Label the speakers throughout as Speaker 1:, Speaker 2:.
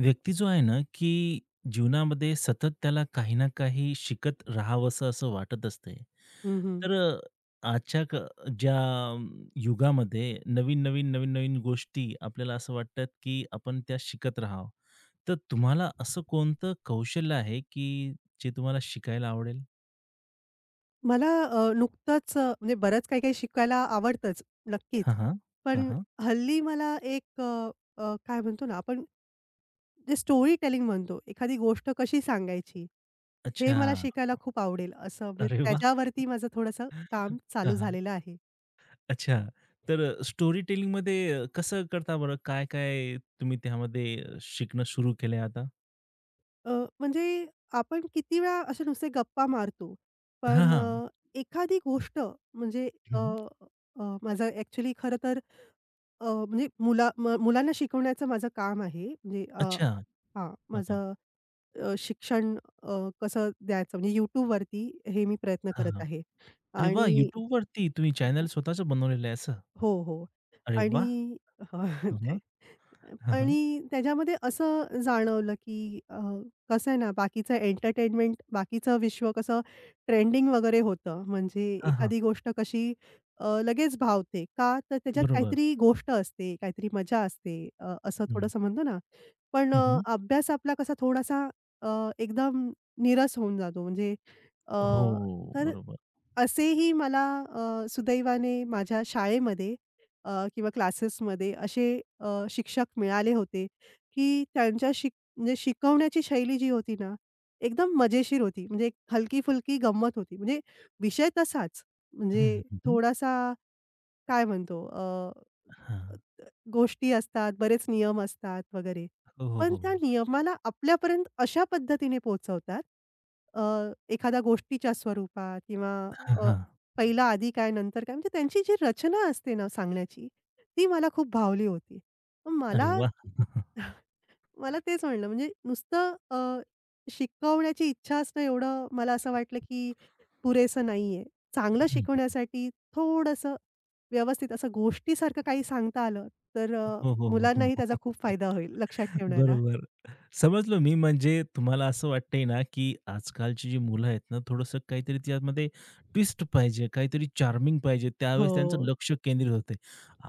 Speaker 1: व्यक्ती जो आहे ना, की जीवनामध्ये सतत त्याला काही ना काही शिकत राहावंसं असं वाटत असते.
Speaker 2: हं, हं.
Speaker 1: तर आजच्या क ज्या अम, युगामध्ये नवीन-नवीन, नवीन-नवीन गोष्टी आपल्याला असं वाटतात, की आपण त्या शिकत राहावं. तर तुम्हाला असं कोणतं कौशल्य आहे, की जे तुम्हाला शिकायला आवडेल?
Speaker 2: मला नुकतंच म्हणजे बरंच काही-काही शिकायला आवडतंच, नक्कीच.
Speaker 1: हां, हां. हां,
Speaker 2: पण
Speaker 1: हां.
Speaker 2: हल्ली मला एक अ, अ, काय म्हणतो ना आपण, जे स्टोरी टेलिंग म्हणतो, एखादी गोष्ट कशी सांगायची, हे मला
Speaker 1: अच्छा.
Speaker 2: शिकायला खूप आवडेल असं म्हणजे
Speaker 1: अरे वाह!
Speaker 2: त्याच्यावरती माझं थोडंसं काम चालू झालेलं आहे.
Speaker 1: अच्छा. तर स्टोरी टेलिंगमध्ये कसं करता बरं? काय-काय तुम्ही त्यामध्ये शिकणं सुरू केलंय आता?
Speaker 2: अ, म्हणजे आपण किती वेळा असे नुसते गप्पा मारतो,
Speaker 1: हां,
Speaker 2: पण
Speaker 1: हां.
Speaker 2: एखादी गोष्ट म्हणजे अ,
Speaker 1: हं.
Speaker 2: अ, माझं ॲक्चुअली खरं तर म्हणजे मुलांना शिकवण्याचं माझं काम आहे. म्हणजे
Speaker 1: अच्छा.
Speaker 2: हां,
Speaker 1: हां, हां.
Speaker 2: माझं शिक्षण अ, कसं द्यायचं म्हणजे YouTubeवरती हे मी प्रयत्न
Speaker 1: हां,
Speaker 2: करत
Speaker 1: हां.
Speaker 2: आहे
Speaker 1: अरे वाह!
Speaker 2: आणि
Speaker 1: YouTubeवरती तुम्ही चॅनल स्वतःचं बनवलेलं आहे असं?
Speaker 2: हो, हो.
Speaker 1: अरे वाह!
Speaker 2: आणि हां,
Speaker 1: हां,
Speaker 2: ते
Speaker 1: हां. हां, हां.
Speaker 2: आणि त्याच्यामध्ये असं जाणवलं, की कसं आहे ना, बाकीचं एंटरटेनमेंट, बाकीचं विश्व कसं ट्रेंडिंग वगैरे होतं. म्हणजे
Speaker 1: हां, हां.
Speaker 2: एखादी गोष्ट कशी लगेच भावते. का? तर त्याच्यात
Speaker 1: बरोबर.
Speaker 2: काहीतरी गोष्ट असते, काहीतरी मजा असते. असं
Speaker 1: हं.
Speaker 2: थोडंसं म्हणतो ना. पण
Speaker 1: हं, हं.
Speaker 2: अभ्यास आपला कसा थोडासा अ, एकदम नीरस होऊन जातो. म्हणजे अ,
Speaker 1: हो,
Speaker 2: तर
Speaker 1: बरोबर.
Speaker 2: असेही मला सुदैवाने माझ्या शाळेमध्ये अ, किंवा क्लासेसमध्ये असे शिक्षक मिळाले होते, की त्यांच्या म्हणजे शिकवण्याची शैली जी होती ना, एकदम मजेशीर होती. म्हणजे एक हलकी-फुलकी गंमत होती. म्हणजे विषय तसाच,
Speaker 1: हं,
Speaker 2: म्हणजे
Speaker 1: हं, हं.
Speaker 2: थोडासा काय म्हणतो अ
Speaker 1: हां.
Speaker 2: गोष्टी असतात, बरेच नियम असतात वगैरे.
Speaker 1: हो, हो,
Speaker 2: पण
Speaker 1: हो.
Speaker 2: त्या नियमाला आपल्यापर्यंत अशा पद्धतीने पोहोचवतात, अ, एखाद्या गोष्टीच्या स्वरूपात किंवा
Speaker 1: हां,
Speaker 2: अ,
Speaker 1: हां.
Speaker 2: पहिला आधी काय, नंतर काय, म्हणजे त्यांची जी रचना असते ना सांगण्याची, ती मला खूप भावली होती.
Speaker 1: अरे
Speaker 2: मला
Speaker 1: वाह!
Speaker 2: मला तेच म्हणलं म्हणजे नुसतं शिकवण्याची इच्छा असणं एवढं मला असं वाटलं, की पुरेसं नाहीये. चांगलं शिकवण्यासाठी थोडंसं व्यवस्थित असं गोष्टीसारखं काही सांगता आलं, तर
Speaker 1: हो, हो, हो,
Speaker 2: मुलांनाही त्याचा खूप
Speaker 1: हो.
Speaker 2: फायदा होईल लक्षात ठेवण्याला.
Speaker 1: बरोबर. समजलो मी म्हणजे तुम्हाला असं वाटतंय ना, की आजकालची जी मुलं आहेत ना, थोडंसं काहीतरी त्यामध्ये ट्विस्ट पाहिजे, काहीतरी चार्मिंग पाहिजे. त्यावेळेस त्यांचं
Speaker 2: हो.
Speaker 1: लक्ष केंद्रित होते.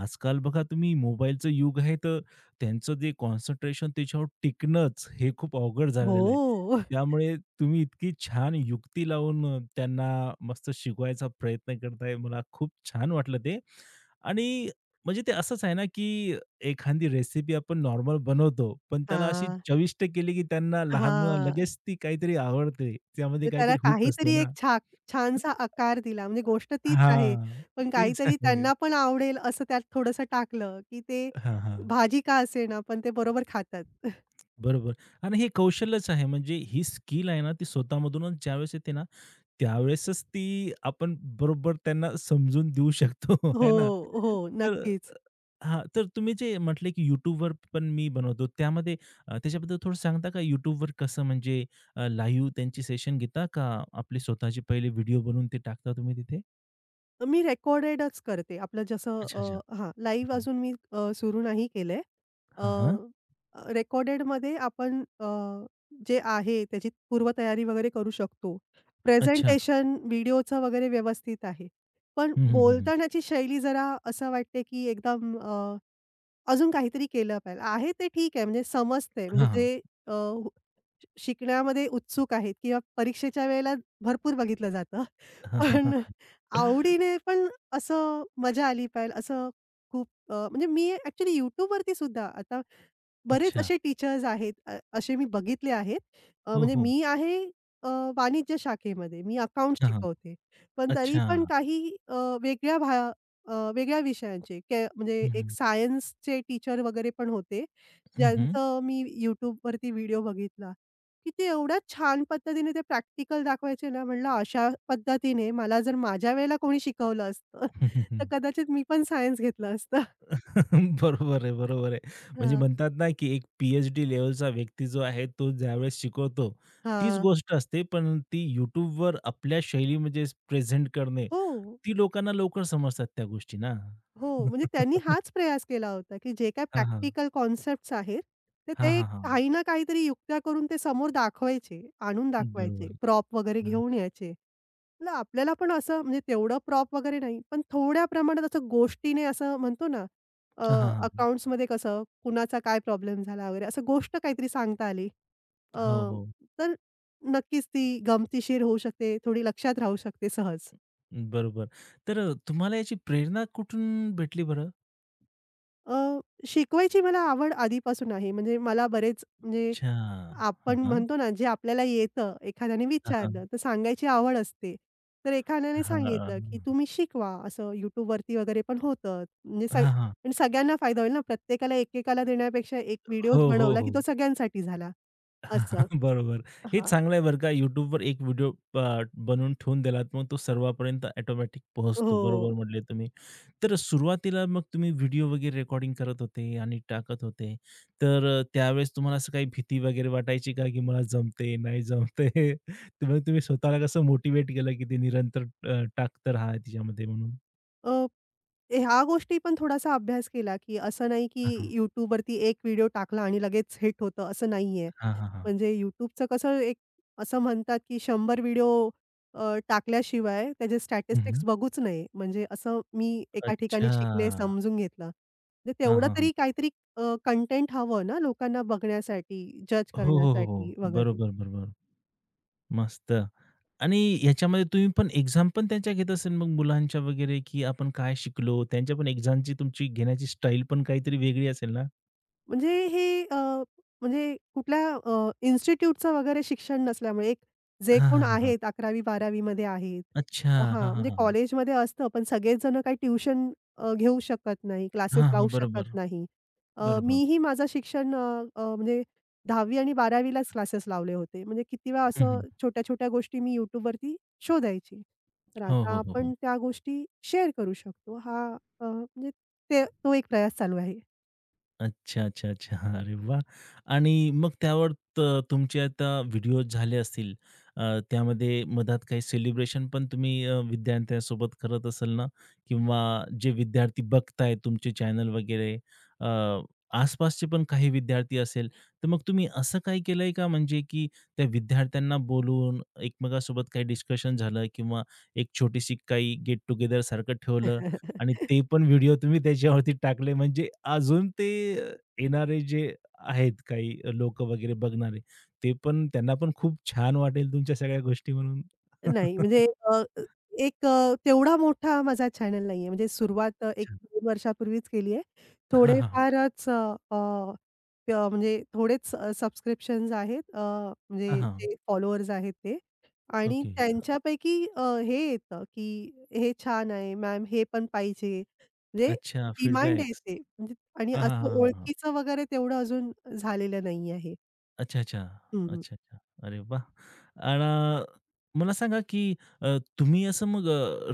Speaker 1: आजकाल बघा तुम्ही मोबाईलचं युग आहे, तर त्यांचं जे कॉन्सन्ट्रेशन त्याच्यावर टिकणंच हे खूप अवघड झालेलं आहे.
Speaker 2: हो.
Speaker 1: त्यामुळे तुम्ही इतकी छान युक्ती लावून त्यांना मस्त शिकवायचा प्रयत्न करताय. मला खूप छान वाटलं ते. आणि म्हणजे ते असंच आहे ना, की एखादी रेसिपी आपण नॉर्मल बनवतो, पण त्याला अशी
Speaker 2: हां.
Speaker 1: चविष्ट केली, की त्यांना लहान मुलांना
Speaker 2: हां.
Speaker 1: लगेच ती काहीतरी आवडते. त्यामध्ये
Speaker 2: म्हणजे त्याला
Speaker 1: काहीतरी हूक
Speaker 2: काहीतरी
Speaker 1: असतो
Speaker 2: एक
Speaker 1: ना.
Speaker 2: छानसा आकार दिला. म्हणजे गोष्ट तीच आहे.
Speaker 1: हां,
Speaker 2: पण
Speaker 1: तीच
Speaker 2: काहीतरी
Speaker 1: आहे.
Speaker 2: त्यांना पण आवडेल असं त्यात थोडंसं टाकलं, की ते
Speaker 1: हां, हां.
Speaker 2: भाजी का असेना, पण ते बरोबर खातात.
Speaker 1: बरोबर. आणि हे कौशल्यच आहे म्हणजे ही स्किल आहे ना, ती स्वतःमधूनच ज्यावेळेस येते ना त्यावेळेसच ती आपण बरोबर त्यांना समजून देऊ शकतो
Speaker 2: हो,
Speaker 1: है ना?
Speaker 2: हो.
Speaker 1: तर
Speaker 2: नक्कीच.
Speaker 1: हां, तर तुम्ही जे म्हटले की YouTubeवर पण मी बनवतो त्यामध्ये त्याच्याबद्दल थोडं सांगता का? YouTubeवर कसं म्हणजे लाईव्ह त्यांची सेशन घेता का आपले स्वतःचे पहिले व्हिडिओ बनवून ते टाकता तुम्ही तिथे?
Speaker 2: मी रेकॉर्डेडच करते. आपलं जसं
Speaker 1: अच्छा, अच्छा.
Speaker 2: हां, लाईव्ह
Speaker 1: हं,
Speaker 2: अजून मी सुरू नाही केलंय. अ,
Speaker 1: हां, हां.
Speaker 2: रेकॉर्डेडमध्ये आपण जे आहे त्याची पूर्वतयारी वगैरे करू शकतो.
Speaker 1: अच्छा.
Speaker 2: प्रेझेंटेशन व्हिडिओचं वगैरे व्यवस्थित आहे. पण
Speaker 1: हं, हं, हं, हं.
Speaker 2: बोलतानाची शैली जरा असं वाटते की एकदम अजून काहीतरी केलं पाहिजे. आहे ते ठीक आहे म्हणजे समजतंय म्हणजे
Speaker 1: हां, हां.
Speaker 2: जे अ, हु- शिकण्यामध्ये उत्सुक आहेत किंवा परीक्षेच्या वेळेला भरपूर बघितलं जातं.
Speaker 1: हां, हां,
Speaker 2: पण आवडीने पण असं मजा आली पाहिजे असं खूप म्हणजे मी ॲक्चुअली YouTubeवरती सुद्धा आता बरेच
Speaker 1: अच्छा.
Speaker 2: असे टीचर्स आहेत. असे मी बघितले आहेत.
Speaker 1: हो,
Speaker 2: म्हणजे
Speaker 1: हो.
Speaker 2: मी आहे अ, वाणिज्य शाखेमध्ये. मी अकाउंट्स
Speaker 1: हां, हां.
Speaker 2: शिकवते. पण तरी
Speaker 1: अच्छा.
Speaker 2: पण काही अ, वेगळ्या भा अ, वेगळ्या विषयांचे म्हणजे
Speaker 1: हं,
Speaker 2: एक
Speaker 1: हं.
Speaker 2: सायन्सचे टीचर वगैरे पण होते.
Speaker 1: हं, हं.
Speaker 2: ज्यांचं मी YouTubeवरती व्हिडिओ बघितला, की ते एवढ्या छान पद्धतीने ते प्रॅक्टिकल दाखवायचे ना, म्हणलं अशा पद्धतीने मला जर माझ्या वेळेला कोणी शिकवलं असतं, तर
Speaker 1: हं,
Speaker 2: कदाचित मी पण सायन्स घेतलं असतं.
Speaker 1: बरोबर आहे, बरोबर आहे. म्हणजे
Speaker 2: हां.
Speaker 1: म्हणतात ना, की एक PhD लेव्हलचा व्यक्ती जो आहे, तो ज्यावेळेस शिकवतो, तीच
Speaker 2: हां.
Speaker 1: गोष्ट असते. पण ती YouTubeवर आपल्या शैलीमध्ये प्रेझेंट करणे,
Speaker 2: हो.
Speaker 1: ती लोकांना लवकर समजतात त्या गोष्टी ना.
Speaker 2: हो, म्हणजे त्यांनी हाच प्रयास केला होता, की जे काही
Speaker 1: हां, हां.
Speaker 2: प्रॅक्टिकल कॉन्सेप्ट्स आहेत, तर
Speaker 1: हां,
Speaker 2: ते
Speaker 1: हां, हां.
Speaker 2: काही ना काहीतरी युक्त्या करून ते समोर दाखवायचे, आणून दाखवायचे.
Speaker 1: बरोबर.
Speaker 2: प्रॉप वगैरे
Speaker 1: हां.
Speaker 2: घेऊन यायचे. म्हटलं आपल्याला पण असं म्हणजे तेवढं प्रॉप वगैरे नाही, पण थोड्या प्रमाणात असं गोष्टीने असं म्हणतो ना, अ,
Speaker 1: हां, हां, हां.
Speaker 2: अकाउंट्समध्ये कसं कुणाचा काय प्रॉब्लेम झाला वगैरे असं गोष्ट काहीतरी सांगता आली. अ,
Speaker 1: हो, हो.
Speaker 2: तर नक्कीच ती गमतीशीर होऊ शकते, थोडी लक्षात राहू शकते सहज.
Speaker 1: बरोबर. तर तुम्हाला याची प्रेरणा कुठून भेटली बरं?
Speaker 2: अ, शिकवायची मला आवड आधीपासून आहे. म्हणजे मला बरेच म्हणजे
Speaker 1: अच्छा. हां,
Speaker 2: आपण
Speaker 1: हां.
Speaker 2: म्हणतो ना, जे आपल्याला येतं एखाद्याने
Speaker 1: हां, हां.
Speaker 2: विचारलं, तर सांगायची आवड असते. तर एखाद्याने सांगितलं, की
Speaker 1: हां.
Speaker 2: तुम्ही शिकवा असं YouTubeवरती वगैरे पण होतं. म्हणजे सग
Speaker 1: हां,
Speaker 2: आणि सगळ्यांना फायदा होईल ना, प्रत्येकाला एकेकाला देण्यापेक्षा एक व्हिडिओच
Speaker 1: हो, हो,
Speaker 2: बनवला, की
Speaker 1: हो.
Speaker 2: तो सगळ्यांसाठी झाला असं.
Speaker 1: बरोबर. हे
Speaker 2: हां.
Speaker 1: चांगलं आहे बरं का YouTubeवर एक व्हिडिओ बनवून ठेवून दिलात, मग तो सर्वांपर्यंत ऑटोमॅटिक पोहोचतो.
Speaker 2: हो.
Speaker 1: बरोबर म्हटले तुम्ही. तर सुरुवातीला मग तुम्ही व्हिडिओ वगैरे रेकॉर्डिंग करत होते आणि टाकत होते. तर त्यावेळेस तुम्हाला असं काही भीती वगैरे वाटायची का, की मला जमते, नाही जमते? तर मग तुम्ही स्वतःला कसं मोटिव्हेट केलं, की ते निरंतर टाकत रहा तिच्यामध्ये म्हणून?
Speaker 2: ह्या गोष्टी पण थोडासा अभ्यास केला, की असं नाही की
Speaker 1: हां, हां.
Speaker 2: YouTubeवरती एक व्हिडिओ टाकला आणि लगेच हिट होतं असं नाहीये.
Speaker 1: हां, हां, हां.
Speaker 2: म्हणजे YouTubeचं कसं एक असं म्हणतात, की 100 व्हिडिओ टाकल्याशिवाय त्याचे स्टॅटिस्टिक्स बघूच नये. म्हणजे असं मी एका ठिकाणी शिकले,
Speaker 1: अच्छा.
Speaker 2: समजून घेतलं. म्हणजे
Speaker 1: हां,
Speaker 2: तेवढं
Speaker 1: हां,
Speaker 2: तरी
Speaker 1: हां.
Speaker 2: काहीतरी कंटेंट हवं ना लोकांना बघण्यासाठी, जज
Speaker 1: हो, हो, हो, हो.
Speaker 2: करण्यासाठी वगैरे.
Speaker 1: बरोबर, बरोबर. मस्त. आणि ह्याच्यामध्ये तुम्ही पण एक्झाम पण त्यांच्या घेत असेल मग मुलांच्या वगैरे, की आपण काय शिकलो? त्यांच्या पण एक्झामची तुमची घेण्याची स्टाईल पण काहीतरी वेगळी असेल ना?
Speaker 2: म्हणजे हे म्हणजे कुठल्या इन्स्टिट्यूटचं वगैरे शिक्षण नसल्यामुळे एक जे
Speaker 1: हां,
Speaker 2: कोण
Speaker 1: हां, हां, हां.
Speaker 2: आहेत अकरावी, बारावी मध्ये आहेत.
Speaker 1: अच्छा.
Speaker 2: हां,
Speaker 1: हां, हां,
Speaker 2: म्हणजे
Speaker 1: हां, हां.
Speaker 2: कॉलेजमध्ये असतं पण सगळेच जण काही ट्युशन घेऊ शकत नाही, क्लासेस
Speaker 1: हां,
Speaker 2: लावू
Speaker 1: हां.
Speaker 2: शकत
Speaker 1: बरोबर,
Speaker 2: नाही.
Speaker 1: बरोबर.
Speaker 2: मीही माझं शिक्षण अ, अ, म्हणजे 10वी आणि 12वी क्लासेस लावले होते. म्हणजे किती वेळा
Speaker 1: हं,
Speaker 2: असं
Speaker 1: हं.
Speaker 2: छोट्या-छोट्या गोष्टी मी YouTubeवरती शोधायची. तर
Speaker 1: हो,
Speaker 2: आता
Speaker 1: हो, हो, हो.
Speaker 2: आपण त्या गोष्टी शेअर करू शकतो. हा म्हणजे ते तो एक प्रयास चालू आहे.
Speaker 1: अच्छा, अच्छा, अच्छा. हा, अरे वाह! आणि मग त्यावर तुमचे आता व्हिडिओज झाले असतील. त्यामध्ये मधात काही सेलिब्रेशन पण तुम्ही विद्यार्थ्यांसोबत करत असाल ना? किंवा जे विद्यार्थी बघताय तुमचे चॅनल वगैरे अ, आसपासचे पण काही विद्यार्थी असेल, तर मग तुम्ही असं काही केलंय का म्हणजे की त्या विद्यार्थ्यांना बोलवून एकमेकांसोबत काही डिस्कशन झालं किंवा एक छोटीशी काही गेट टुगेदर सारखं ठेवलं? आणि ते पण व्हिडिओ तुम्ही त्याच्यावरती टाकले म्हणजे अजून ते अ, येणारे जे आहेत काही लोक वगैरे बघणारे, ते पण त्यांना पण खूप छान वाटेल तुमच्या सगळ्या गोष्टी म्हणून.
Speaker 2: नाही, म्हणजे अ, एक तेवढा मोठा माझा चॅनल नाहीये. म्हणजे सुरुवात एक
Speaker 1: अच्छा.
Speaker 2: 2 वर्षापूर्वीच केली आहे.
Speaker 1: हां, हां, हां.
Speaker 2: थोडेफारच अ, अ, अ, म्हणजे थोडेच सबस्क्रिप्शन्स आहेत.
Speaker 1: हां,
Speaker 2: म्हणजे
Speaker 1: हां.
Speaker 2: जे फॉलोअर्स आहेत ते आणि
Speaker 1: ओके.
Speaker 2: त्यांच्यापैकी हे येतं, की "हे छान आहे मॅम, हे पण पाहिजे." म्हणजे
Speaker 1: अच्छा
Speaker 2: डिमांड
Speaker 1: फीडबॅक्स.
Speaker 2: येते. म्हणजे आणि
Speaker 1: हां, हां,
Speaker 2: असं
Speaker 1: हां, हां, हां.
Speaker 2: ओळखीचं वगैरे तेवढं अजून झालेलं नाही आहे.
Speaker 1: अच्छा, अच्छा.
Speaker 2: हं,
Speaker 1: अच्छा, अच्छा. अरे वाह! आणि मला सांगा, की तुम्ही असं मग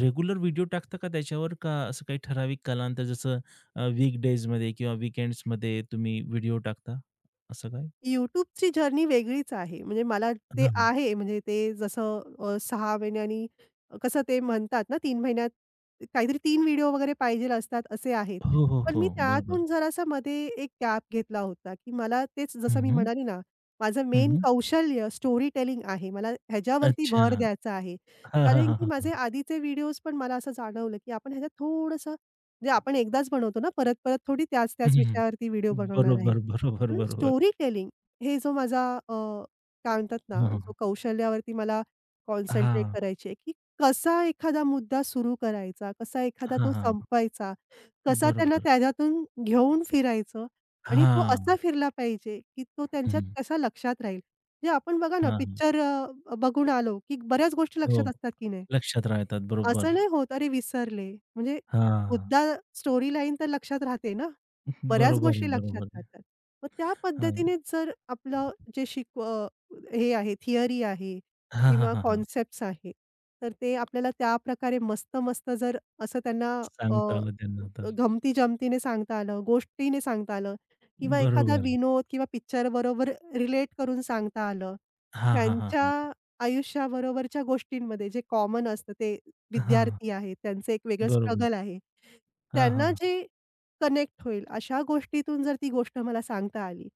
Speaker 1: रेग्युलर व्हिडिओ टाकता का त्याच्यावर? का असं काही ठराविक कालांतर जसं वीकडीजमध्ये किंवा वीकेंड्समध्ये तुम्ही व्हिडिओ टाकता, असं काय?
Speaker 2: YouTubeची जर्नी वेगळीच आहे. म्हणजे मला ते
Speaker 1: हां, हां.
Speaker 2: आहे म्हणजे ते जसं 6 महिन्यांनी कसं ते म्हणतात ना 3 महिन्यात काहीतरी 3 व्हिडिओ वगैरे पाहिजेल असतात असे आहेत.
Speaker 1: हो, हो,
Speaker 2: पण
Speaker 1: हो.
Speaker 2: मी
Speaker 1: बरोबर.
Speaker 2: त्यातून जरासा मध्ये एक गॅप घेतला होता, की मला तेच जसं
Speaker 1: हं,
Speaker 2: मी
Speaker 1: हं.
Speaker 2: म्हणाले ना, माझं मेन
Speaker 1: हं,
Speaker 2: कौशल्य स्टोरी टेलिंग आहे. मला ह्याच्यावरती भर
Speaker 1: अच्छा.
Speaker 2: द्यायचा आहे.
Speaker 1: हां, हां,
Speaker 2: कारण
Speaker 1: हां,
Speaker 2: की
Speaker 1: हां.
Speaker 2: माझे आधीचे व्हिडिओज पण मला असं जाणवलं, की आपण ह्याच्यात थोडंसं म्हणजे आपण एकदाच बनवतो ना परत-परत थोडी त्याच-त्याच
Speaker 1: हं,
Speaker 2: विषयावरती व्हिडिओ बनवणार आहे.
Speaker 1: बरोबर, बरोबर,
Speaker 2: म्हणून
Speaker 1: बरोबर.
Speaker 2: स्टोरी टेलिंग हे जो माझा अ, काय म्हणतात
Speaker 1: हं,
Speaker 2: ना,
Speaker 1: हं.
Speaker 2: जो कौशल्यावरती मला कॉन्सन्ट्रेट
Speaker 1: हां.
Speaker 2: करायची आहे, की कसा एखादा मुद्दा सुरू करायचा, कसा एखादा तो
Speaker 1: हां,
Speaker 2: संपवायचा, कसा त्यांना
Speaker 1: बरोबर.
Speaker 2: त्याच्यातून घेऊन फिरायचं आणि तो
Speaker 1: हां.
Speaker 2: असा फिरला पाहिजे, की तो त्यांच्यात
Speaker 1: हं.
Speaker 2: कसा लक्षात राहील. म्हणजे आपण बघा ना,
Speaker 1: हां, हां.
Speaker 2: पिक्चर बघून आलो, की बऱ्याच गोष्टी
Speaker 1: हो.
Speaker 2: लक्षात असतात की नाही?
Speaker 1: लक्षात राहतात. बरोबर.
Speaker 2: असं नाही होत, "अरे विसरले." म्हणजे
Speaker 1: हां.
Speaker 2: मुद्दा स्टोरी लाईन तर लक्षात राहते ना. बऱ्याच
Speaker 1: बरोबर आहे,
Speaker 2: गोष्टी लक्षात
Speaker 1: बरोबर आहे.
Speaker 2: राहतात. मग त्या
Speaker 1: हां.
Speaker 2: पद्धतीने जर आपलं जे हे आहे, थिअरी आहे
Speaker 1: हां, हां,
Speaker 2: किंवा
Speaker 1: हां, हां.
Speaker 2: कॉन्सेप्ट्स आहे, तर ते आपल्याला त्या प्रकारे मस्त-मस्त जर असं त्यांना अ,
Speaker 1: सांगता आलं त्यांना तर.
Speaker 2: गमती-जमतीने सांगता आलं, गोष्टीने सांगता आलं किंवा एखादा
Speaker 1: बरोबर.
Speaker 2: विनोद किंवा पिक्चरबरोबर रिलेट करून सांगता आलं.
Speaker 1: हां, हां, हां,
Speaker 2: त्यांच्या
Speaker 1: हां.
Speaker 2: आयुष्याबरोबरच्या गोष्टींमध्ये जे कॉमन असतं ते
Speaker 1: हां.
Speaker 2: विद्यार्थी आहे, त्यांचं एक वेगळं
Speaker 1: बरोबर.
Speaker 2: स्ट्रगल आहे.
Speaker 1: हां,
Speaker 2: त्यांना
Speaker 1: हां.
Speaker 2: जे कनेक्ट होईल अशा गोष्टीतून जर ती गोष्ट मला सांगता आली,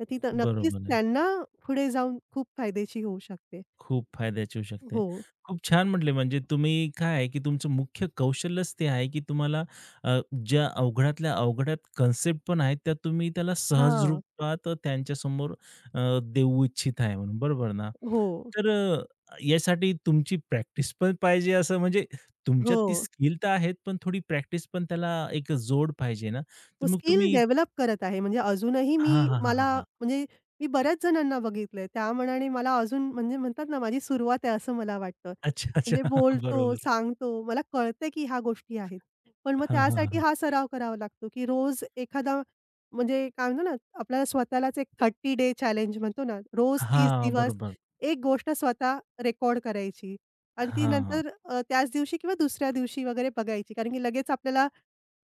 Speaker 2: तर ती तर नक्कीच
Speaker 1: बरोबर आहे.
Speaker 2: त्यांना पुढे जाऊन खूप फायद्याची होऊ शकते.
Speaker 1: खूप फायद्याची होऊ शकते.
Speaker 2: हो.
Speaker 1: खूप छान म्हटले म्हणजे तुम्ही काय आहे, की तुमचं मुख्य कौशल्यच ते आहे, की तुम्हाला अ, ज्या अवघडातल्या अवघडात कन्सेप्ट पण आहेत, त्या तुम्ही त्याला सहज
Speaker 2: हां.
Speaker 1: रूपात त्यांच्यासमोर देऊ इच्छित आहे म्हणून. बरोबर ना?
Speaker 2: हो.
Speaker 1: तर यासाठी तुमची प्रॅक्टिस पण पाहिजे असं म्हणजे तुमच्यात
Speaker 2: हो.
Speaker 1: ती स्किल तर आहेत, पण थोडी प्रॅक्टिस पण त्याला एक जोड पाहिजे ना, तर मग
Speaker 2: स्किल
Speaker 1: तुम्ही
Speaker 2: डेव्हलप करत आहे. म्हणजे अजूनही
Speaker 1: हां,
Speaker 2: मी
Speaker 1: हां, हां, हां,
Speaker 2: मला
Speaker 1: हां.
Speaker 2: म्हणजे मी बऱ्याच जणांना बघितलंय. त्या मानाने मला अजून म्हणजे म्हणतात ना, माझी सुरुवात आहे असं मला वाटतं.
Speaker 1: अच्छा, अच्छा.
Speaker 2: म्हणजे बोलतो,
Speaker 1: बरोबर.
Speaker 2: सांगतो, मला कळतंय की ह्या गोष्टी आहेत. पण मग
Speaker 1: हां, हां,
Speaker 2: त्यासाठी
Speaker 1: हां.
Speaker 2: हा सराव करावा लागतो, की रोज एखादा म्हणजे काय म्हणतो ना, आपल्याला स्वतःलाच एक 30 डे चॅलेंज म्हणतो ना, रोज 30
Speaker 1: हां,
Speaker 2: दिवस
Speaker 1: बरोबर.
Speaker 2: एक गोष्ट स्वतः रेकॉर्ड करायची आणि ती
Speaker 1: हां.
Speaker 2: नंतर त्याच दिवशी किंवा दुसऱ्या दिवशी वगैरे बघायची. कारण की लगेच आपल्याला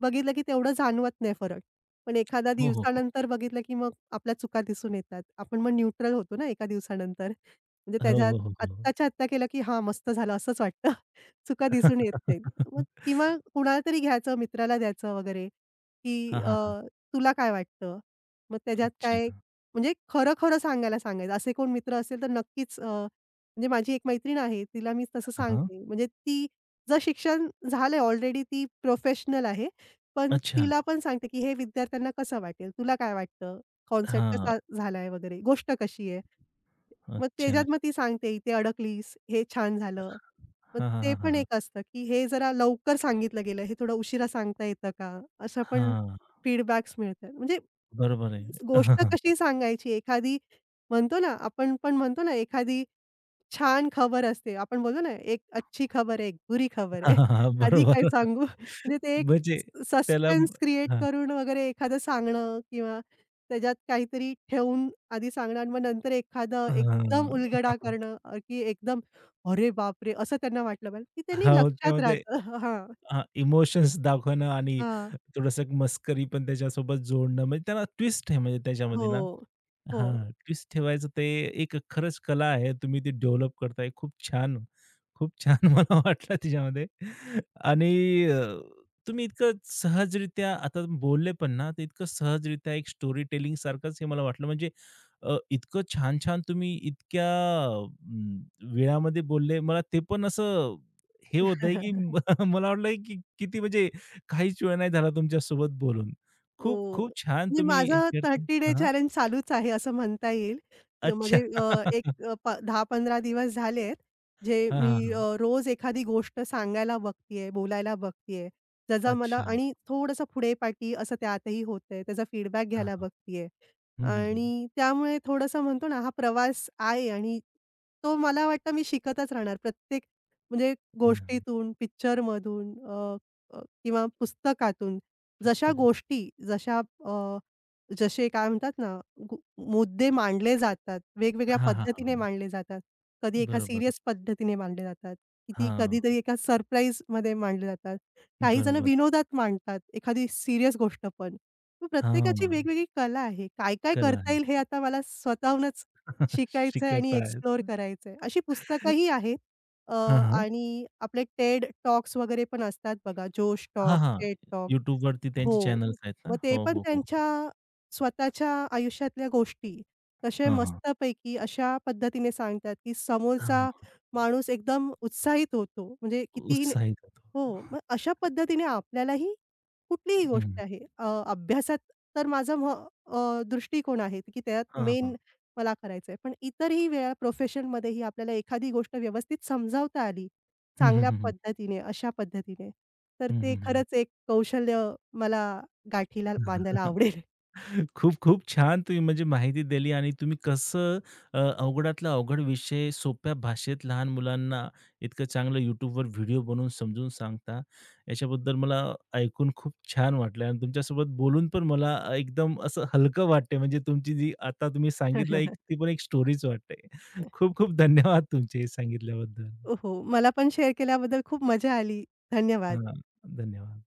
Speaker 2: बघितलं की तेवढं जाणवत नाही फरक. पण एखाद्या
Speaker 1: हो, हो, हो.
Speaker 2: दिवसानंतर बघितलं की मग आपल्या चुका दिसून येतात. आपण मग न्यूट्रल होतो ना एका दिवसानंतर. म्हणजे
Speaker 1: हो,
Speaker 2: त्याच्यात
Speaker 1: हो, हो, हो.
Speaker 2: आत्ताच्या आत्ता केलं की हां, मस्त झालं असंच वाटतं. चुका दिसून येत नाहीत. मग किंवा कुणाला तरी घ्यायचं, मित्राला द्यायचं वगैरे की
Speaker 1: हां, हां, हां.
Speaker 2: तुला काय वाटतं? मग त्याच्यात काय
Speaker 1: अच्छा.
Speaker 2: म्हणजे खरं-खरं सांगायला सांगायचं. असे कोण मित्र असेल तर नक्कीच म्हणजे माझी एक मैत्रीण आहे, तिला मी तसं
Speaker 1: हां, हां.
Speaker 2: सांगते. म्हणजे ती जर शिक्षण झालंय ऑलरेडी ती प्रोफेशनल आहे. पण
Speaker 1: अच्छा.
Speaker 2: तिला पण सांगते, की हे विद्यार्थ्यांना कसं वाटेल? तुला काय वाटतं? कॉन्सेप्ट
Speaker 1: हां.
Speaker 2: कसा झालाय वगैरे? गोष्ट कशी आहे? मग त्याच्यात
Speaker 1: अच्छा.
Speaker 2: मग ती सांगते, "इथे अडकलीस, हे छान झालं." मग
Speaker 1: हां, हां,
Speaker 2: ते
Speaker 1: हां, हां,
Speaker 2: पण
Speaker 1: हां.
Speaker 2: एक असतं, की हे जरा लवकर सांगितलं गेलं, हे थोडं उशिरा सांगता येतं का? अशा पण
Speaker 1: हां,
Speaker 2: फीडबॅक्स मिळतात. म्हणजे
Speaker 1: बरोबर आहे.
Speaker 2: गोष्ट कशी सांगायची? एखादी म्हणतो ना, आपण पण म्हणतो ना, एखादी छान खबर असते. आपण बोलतो ना, एक अच्छी खबर है, एक बुरी खबर
Speaker 1: हां,
Speaker 2: है.
Speaker 1: हां, हां. हां, हां, हां.
Speaker 2: आधी काय
Speaker 1: बरोबर.
Speaker 2: सांगू? म्हणजे ते एक
Speaker 1: म्हणजे त्याला
Speaker 2: सस्पेन्स क्रिएट
Speaker 1: हां.
Speaker 2: करून वगैरे एखादं सांगणं किंवा त्याच्यात काहीतरी ठेवून आधी सांगणं आणि मग नंतर एखादं एकदम
Speaker 1: हां.
Speaker 2: उलगडा करणं की एकदम "अरे बापरे!" असं त्यांना वाटलं पाहिजे, की त्यांनी
Speaker 1: हो,
Speaker 2: लक्षात
Speaker 1: त्यामध्ये
Speaker 2: राहतं. हां,
Speaker 1: हां, इमोशन्स दाखवणं आणि
Speaker 2: हां.
Speaker 1: थोडंसं मस्करी पण त्याच्यासोबत जोडणं, म्हणजे त्याला ट्विस्ट आहे म्हणजे
Speaker 2: हो,
Speaker 1: त्याच्यामध्ये ना.
Speaker 2: हो.
Speaker 1: हां, ट्विस्ट ठेवायचं ते एक खरंच कला आहे. तुम्ही ती डेव्हलप करताय. खूप छान, खूप छान मला वाटलं त्याच्यामध्ये आणि तुम्ही इतकं सहजरित्या आता बोलले पण ना, ते इतकं सहजरित्या एक स्टोरी टेलिंग सारखंच हे मला वाटलं म्हणजे इतकं छान-छान तुम्ही इतक्या अं, वेळामध्ये बोलले. मला ते पण असं हे होतंय की मला वाटलं की किती म्हणजे काहीच वेळ नाही झाला तुमच्यासोबत बोलून. खूप,
Speaker 2: ओह!
Speaker 1: खूप छान
Speaker 2: म्हणजे
Speaker 1: तुम्ही हे
Speaker 2: माझा
Speaker 1: करता
Speaker 2: 30 डे
Speaker 1: हां,
Speaker 2: चॅलेंज चालूच आहे असं म्हणता येईल. म्हणजे
Speaker 1: अच्छा.
Speaker 2: अ, एक अ, प 10-15 दिवस झालेत, जे
Speaker 1: हां,
Speaker 2: मी
Speaker 1: हां, हां.
Speaker 2: रोज एखादी गोष्ट सांगायला बघतीये, बोलायला बघतीये. ज्याचा मला
Speaker 1: अच्छा.
Speaker 2: आणि थोडंसं पुढे-पाठी असं त्यातही होतंय. त्याचा फीडबॅक
Speaker 1: हां,
Speaker 2: घ्यायला
Speaker 1: हां.
Speaker 2: बघतीये
Speaker 1: हं, हं, हं.
Speaker 2: आणि त्यामुळे थोडंसं म्हणतो ना, हा प्रवास आहे आणि तो मला वाटतं मी शिकतच राहणार. प्रत्येक म्हणजे
Speaker 1: हं.
Speaker 2: गोष्टीतून, पिक्चरमधून अ, अ, किंवा पुस्तकातून. जशा
Speaker 1: पुस्तकं.
Speaker 2: गोष्टी, जशा अ, जसे काय म्हणतात ना, गु मुद्दे मांडले जातात, वेगवेगळ्या
Speaker 1: हां, हां, हां,
Speaker 2: पद्धतीने
Speaker 1: हां.
Speaker 2: मांडले जातात. कधी एका
Speaker 1: बरोबर.
Speaker 2: सीरियस पद्धतीने मांडले जातात, किती
Speaker 1: हां.
Speaker 2: कधीतरी एका सरप्राईजमध्ये मांडले जातात. काही जण
Speaker 1: बरोबर.
Speaker 2: विनोदात मांडतात, एखादी सीरियस गोष्ट पण. मग प्रत्येकाची
Speaker 1: हां.
Speaker 2: वेगवेगळी कला आहे. काय-काय
Speaker 1: कला
Speaker 2: करता
Speaker 1: आहे.
Speaker 2: येईल हे आता मला स्वतःहूनच शिकायचंय आणि
Speaker 1: शिकत आहेत.
Speaker 2: एक्सप्लोअर करायचंय. अशी पुस्तकंही आहेत.
Speaker 1: हां, हां.
Speaker 2: आणि आपले TED टॉक्स वगैरे पण असतात बघा, जोश
Speaker 1: हां,
Speaker 2: टॉक,
Speaker 1: हां.
Speaker 2: TED talk.
Speaker 1: YouTubeवरती त्यांचे
Speaker 2: हो.
Speaker 1: चॅनल्स आहेत ना?
Speaker 2: मग ते
Speaker 1: हो,
Speaker 2: पण
Speaker 1: हो, हो, हो.
Speaker 2: त्यांच्या स्वतःच्या आयुष्यातल्या गोष्टी तसे
Speaker 1: हां, हां.
Speaker 2: मस्तपैकी अशा पद्धतीने सांगतात, की
Speaker 1: हां,
Speaker 2: समोरचा
Speaker 1: हां.
Speaker 2: माणूस एकदम उत्साहित होतो. म्हणजे कितीही न
Speaker 1: उत्साहित होतो.
Speaker 2: हो. मग अशा पद्धतीने आपल्यालाही कुठलीही
Speaker 1: हं.
Speaker 2: गोष्ट आहे अभ्यासात तर माझा म दृष्टिकोन आहे, की त्यात
Speaker 1: हां, हां.
Speaker 2: मेन मला करायचं आहे. पण इतरही वेळा प्रोफेशनमध्येही आपल्याला एखादी गोष्ट व्यवस्थित समजावता आली,
Speaker 1: हं, हं,
Speaker 2: चांगल्या
Speaker 1: हं,
Speaker 2: पद्धतीने, अशा पद्धतीने तर
Speaker 1: हं,
Speaker 2: ते
Speaker 1: हं, हं.
Speaker 2: खरंच एक कौशल्य मला गाठीला बांधायला आवडेल.
Speaker 1: खूप-खूप छान तुम्ही म्हणजे माहिती दिली आणि तुम्ही कसं अवघडातला अवघड विषय सोप्या भाषेत लहान मुलांना इतकं चांगलं YouTubeवर व्हिडिओ बनवून समजून सांगता. याच्याबद्दल मला ऐकून खूप छान वाटलं आणि तुमच्यासोबत बोलून पण मला एकदम असं हलकं वाटतंय. म्हणजे तुमची जी आता तुम्ही सांगितलं एक ती पण एक स्टोरीच वाटते. खूप-खूप धन्यवाद तुमचे हे सांगितल्याबद्दल.
Speaker 2: हो, मला पण शेअर केल्याबद्दल खूप मजा आली. धन्यवाद.
Speaker 1: हां, धन्यवाद.